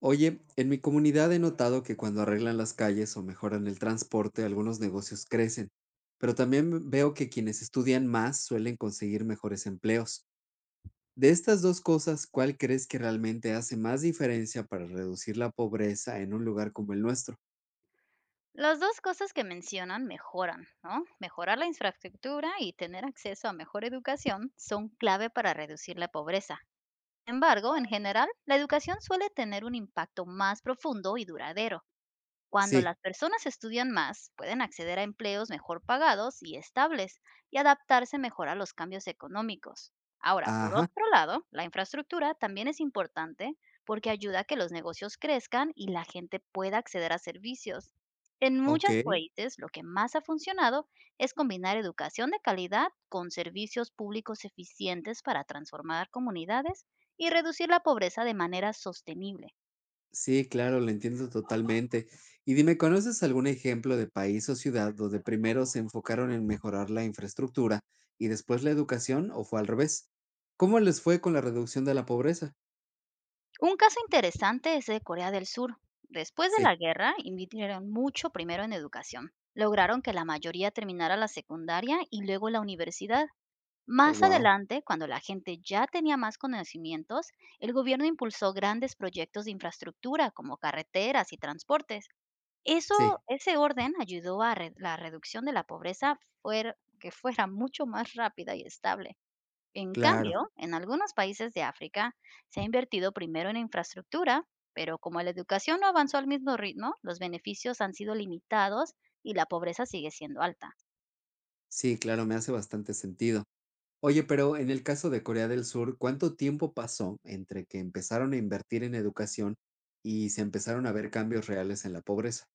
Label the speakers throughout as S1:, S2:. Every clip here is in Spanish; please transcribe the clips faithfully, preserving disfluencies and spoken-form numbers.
S1: Oye, en mi comunidad he notado que cuando arreglan las calles o mejoran el transporte, algunos negocios crecen, pero también veo que quienes estudian más suelen conseguir mejores empleos. De estas dos cosas, ¿cuál crees que realmente hace más diferencia para reducir la pobreza en un lugar como el nuestro?
S2: Las dos cosas que mencionan mejoran, ¿no? Mejorar la infraestructura y tener acceso a mejor educación son clave para reducir la pobreza. Sin embargo, en general, la educación suele tener un impacto más profundo y duradero. Cuando las
S1: Sí,
S2: personas estudian más, pueden acceder a empleos mejor pagados y estables y adaptarse mejor a los cambios económicos. Ahora, por
S1: ajá,
S2: otro lado, la infraestructura también es importante porque ayuda a que los negocios crezcan y la gente pueda acceder a servicios. En muchos
S1: ok.
S2: países, lo que más ha funcionado es combinar educación de calidad con servicios públicos eficientes para transformar comunidades y reducir la pobreza de manera sostenible.
S1: Sí, claro, lo entiendo totalmente. Y dime, ¿conoces algún ejemplo de país o ciudad donde primero se enfocaron en mejorar la infraestructura y después la educación o fue al revés? ¿Cómo les fue con la reducción de la pobreza?
S2: Un caso interesante es de Corea del Sur. Después de la
S1: Sí.
S2: guerra, invirtieron mucho primero en educación. Lograron que la mayoría terminara la secundaria y luego la universidad.
S1: Oh,
S2: Más
S1: wow.
S2: adelante, cuando la gente ya tenía más conocimientos, el gobierno impulsó grandes proyectos de infraestructura como carreteras y transportes. Eso,
S1: Sí,
S2: ese orden ayudó a re- la reducción de la pobreza fuer- que fuera mucho más rápida y estable. En
S1: claro.
S2: cambio, en algunos países de África se ha invertido primero en infraestructura, pero como la educación no avanzó al mismo ritmo, los beneficios han sido limitados y la pobreza sigue siendo alta.
S1: Sí, claro, me hace bastante sentido. Oye, pero en el caso de Corea del Sur, ¿cuánto tiempo pasó entre que empezaron a invertir en educación y se empezaron a ver cambios reales en la pobreza?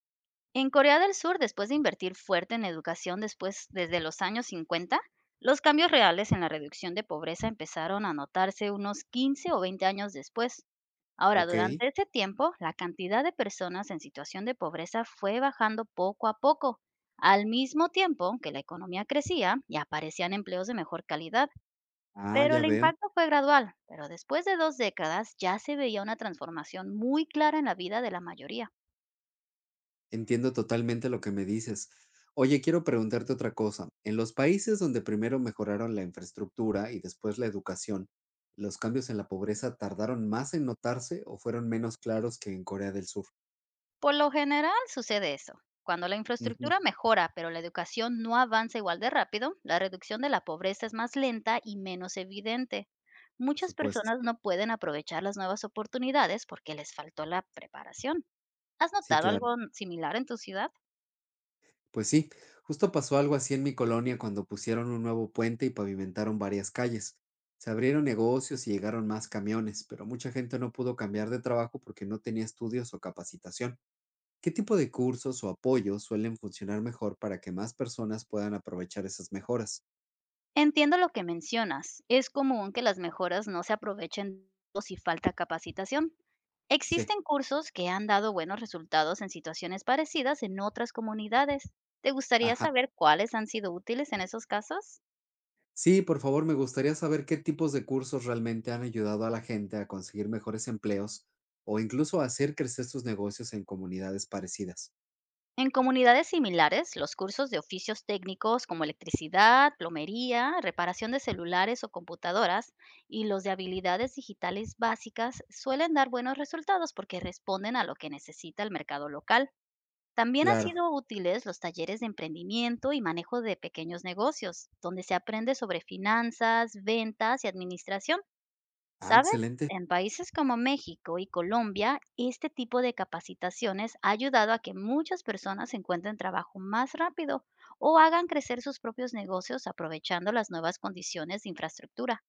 S2: En Corea del Sur, después de invertir fuerte en educación después, desde los años cincuenta, los cambios reales en la reducción de pobreza empezaron a notarse unos quince o veinte años después. Ahora,
S1: Ok.
S2: durante ese tiempo, la cantidad de personas en situación de pobreza fue bajando poco a poco, al mismo tiempo que la economía crecía y aparecían empleos de mejor calidad.
S1: Ah,
S2: Pero
S1: ya
S2: el
S1: veo.
S2: impacto fue gradual, pero después de dos décadas ya se veía una transformación muy clara en la vida de la mayoría.
S1: Entiendo totalmente lo que me dices. Oye, quiero preguntarte otra cosa. En los países donde primero mejoraron la infraestructura y después la educación, ¿los cambios en la pobreza tardaron más en notarse o fueron menos claros que en Corea del Sur?
S2: Por lo general sucede eso. Cuando la
S1: Ujú,
S2: infraestructura mejora, pero la educación no avanza igual de rápido, la reducción de la pobreza es más lenta y menos evidente.
S1: por
S2: Muchas
S1: supuesto.
S2: personas no pueden aprovechar las nuevas oportunidades porque les faltó la preparación. ¿Has
S1: Sí,
S2: notado algo
S1: claro.
S2: similar en tu ciudad?
S1: Pues sí, justo pasó algo así en mi colonia cuando pusieron un nuevo puente y pavimentaron varias calles. Se abrieron negocios y llegaron más camiones, pero mucha gente no pudo cambiar de trabajo porque no tenía estudios o capacitación. ¿Qué tipo de cursos o apoyos suelen funcionar mejor para que más personas puedan aprovechar esas mejoras?
S2: Entiendo lo que mencionas. Es común que las mejoras no se aprovechen o si falta capacitación.
S1: Sí,
S2: Existen cursos que han dado buenos resultados en situaciones parecidas en otras comunidades. ¿Te gustaría
S1: ajá.
S2: saber cuáles han sido útiles en esos casos?
S1: Sí, por favor, me gustaría saber qué tipos de cursos realmente han ayudado a la gente a conseguir mejores empleos o incluso a hacer crecer sus negocios en comunidades parecidas.
S2: En comunidades similares, los cursos de oficios técnicos como electricidad, plomería, reparación de celulares o computadoras y los de habilidades digitales básicas suelen dar buenos resultados porque responden a lo que necesita el mercado local. También han
S1: Claro.
S2: sido útiles los talleres de emprendimiento y manejo de pequeños negocios, donde se aprende sobre finanzas, ventas y administración.
S1: Ah,
S2: ¿Sabes?
S1: excelente.
S2: En países como México y Colombia, este tipo de capacitaciones ha ayudado a que muchas personas encuentren trabajo más rápido o hagan crecer sus propios negocios aprovechando las nuevas condiciones de infraestructura.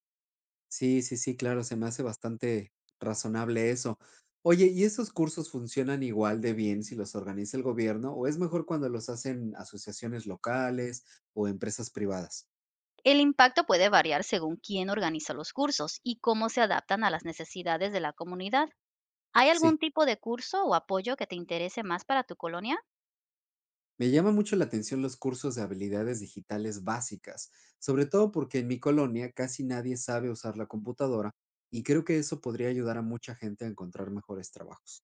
S1: Sí, sí, sí, claro, se me hace bastante razonable eso. Oye, ¿y esos cursos funcionan igual de bien si los organiza el gobierno o es mejor cuando los hacen asociaciones locales o empresas privadas?
S2: El impacto puede variar según quién organiza los cursos y cómo se adaptan a las necesidades de la comunidad. ¿Hay algún
S1: Sí,
S2: tipo de curso o apoyo que te interese más para tu colonia?
S1: me llama mucho la atención los cursos de habilidades digitales básicas, sobre todo porque en mi colonia casi nadie sabe usar la computadora y creo que eso podría ayudar a mucha gente a encontrar mejores trabajos.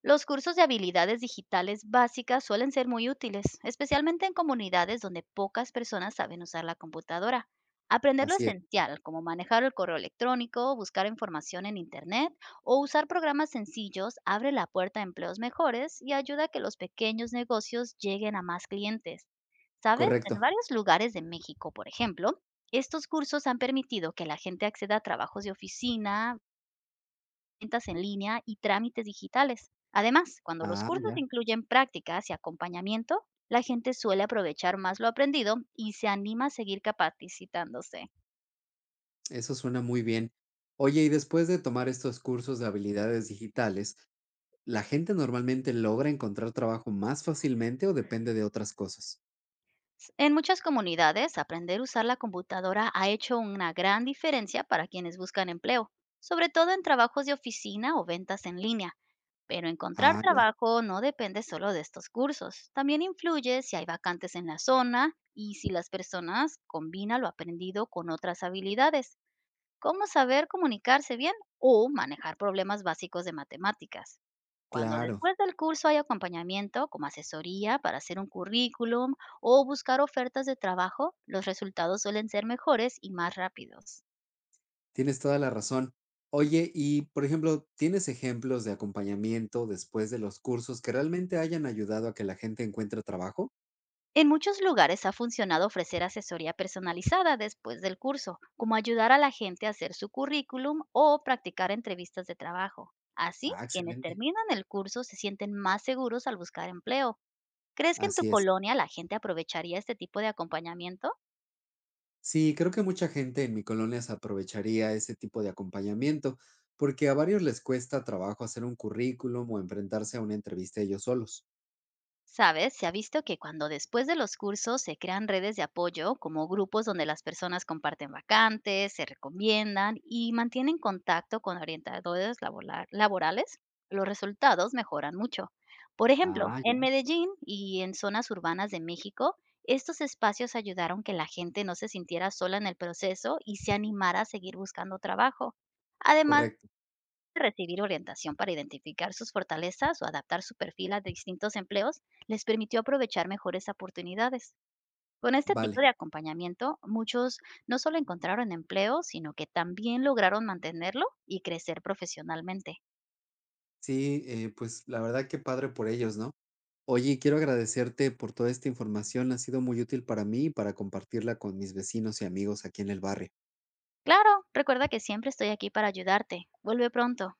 S2: Los cursos de habilidades digitales básicas suelen ser muy útiles, especialmente en comunidades donde pocas personas saben usar la computadora. Aprender lo
S1: Así es,
S2: esencial, como manejar el correo electrónico, buscar información en Internet o usar programas sencillos, abre la puerta a empleos mejores y ayuda a que los pequeños negocios lleguen a más clientes. ¿Sabes? En
S1: correcto.
S2: varios lugares de México, por ejemplo, estos cursos han permitido que la gente acceda a trabajos de oficina, ventas en línea y trámites digitales. Además, cuando los
S1: Ah,
S2: cursos
S1: ya,
S2: incluyen prácticas y acompañamiento, la gente suele aprovechar más lo aprendido y se anima a seguir capacitándose.
S1: eso suena muy bien. Oye, y después de tomar estos cursos de habilidades digitales, ¿la gente normalmente logra encontrar trabajo más fácilmente o depende de otras cosas?
S2: S- En muchas comunidades, aprender a usar la computadora ha hecho una gran diferencia para quienes buscan empleo, sobre todo en trabajos de oficina o ventas en línea. Pero encontrar
S1: Ah, ya,
S2: trabajo no depende solo de estos cursos. También influye si hay vacantes en la zona y si las personas combinan lo aprendido con otras habilidades, cómo saber comunicarse bien o manejar problemas básicos de matemáticas. Cuando
S1: claro.
S2: después del curso hay acompañamiento como asesoría para hacer un currículum o buscar ofertas de trabajo, los resultados suelen ser mejores y más rápidos.
S1: Tienes toda la razón. Oye, y por ejemplo, ¿tienes ejemplos de acompañamiento después de los cursos que realmente hayan ayudado a que la gente encuentre trabajo?
S2: En muchos lugares ha funcionado ofrecer asesoría personalizada después del curso, como ayudar a la gente a hacer su currículum o practicar entrevistas de trabajo. Así,
S1: Ah,
S2: quienes
S1: excelente.
S2: terminan el curso se sienten más seguros al buscar empleo. ¿Crees que en tu
S1: Así es.
S2: colonia la gente aprovecharía este tipo de acompañamiento?
S1: Sí, creo que mucha gente en mi colonia se aprovecharía ese tipo de acompañamiento, porque a varios les cuesta trabajo hacer un currículum o enfrentarse a una entrevista ellos solos.
S2: Sabes, se ha visto que cuando después de los cursos se crean redes de apoyo, como grupos donde las personas comparten vacantes, se recomiendan y mantienen contacto con orientadores laboral- laborales, los resultados mejoran mucho. Por ejemplo,
S1: Ah,
S2: en
S1: ya.
S2: Medellín y en zonas urbanas de México, estos espacios ayudaron que la gente no se sintiera sola en el proceso y se animara a seguir buscando trabajo. Además,
S1: Correcto.
S2: recibir orientación para identificar sus fortalezas o adaptar su perfil a distintos empleos les permitió aprovechar mejores oportunidades. Con este tipo
S1: Vale.
S2: de acompañamiento, muchos no solo encontraron empleo, sino que también lograron mantenerlo y crecer profesionalmente.
S1: Sí, eh, pues la verdad que padre por ellos, ¿no? Oye, quiero agradecerte por toda esta información, ha sido muy útil para mí y para compartirla con mis vecinos y amigos aquí en el barrio.
S2: Claro, recuerda que siempre estoy aquí para ayudarte. Vuelve pronto.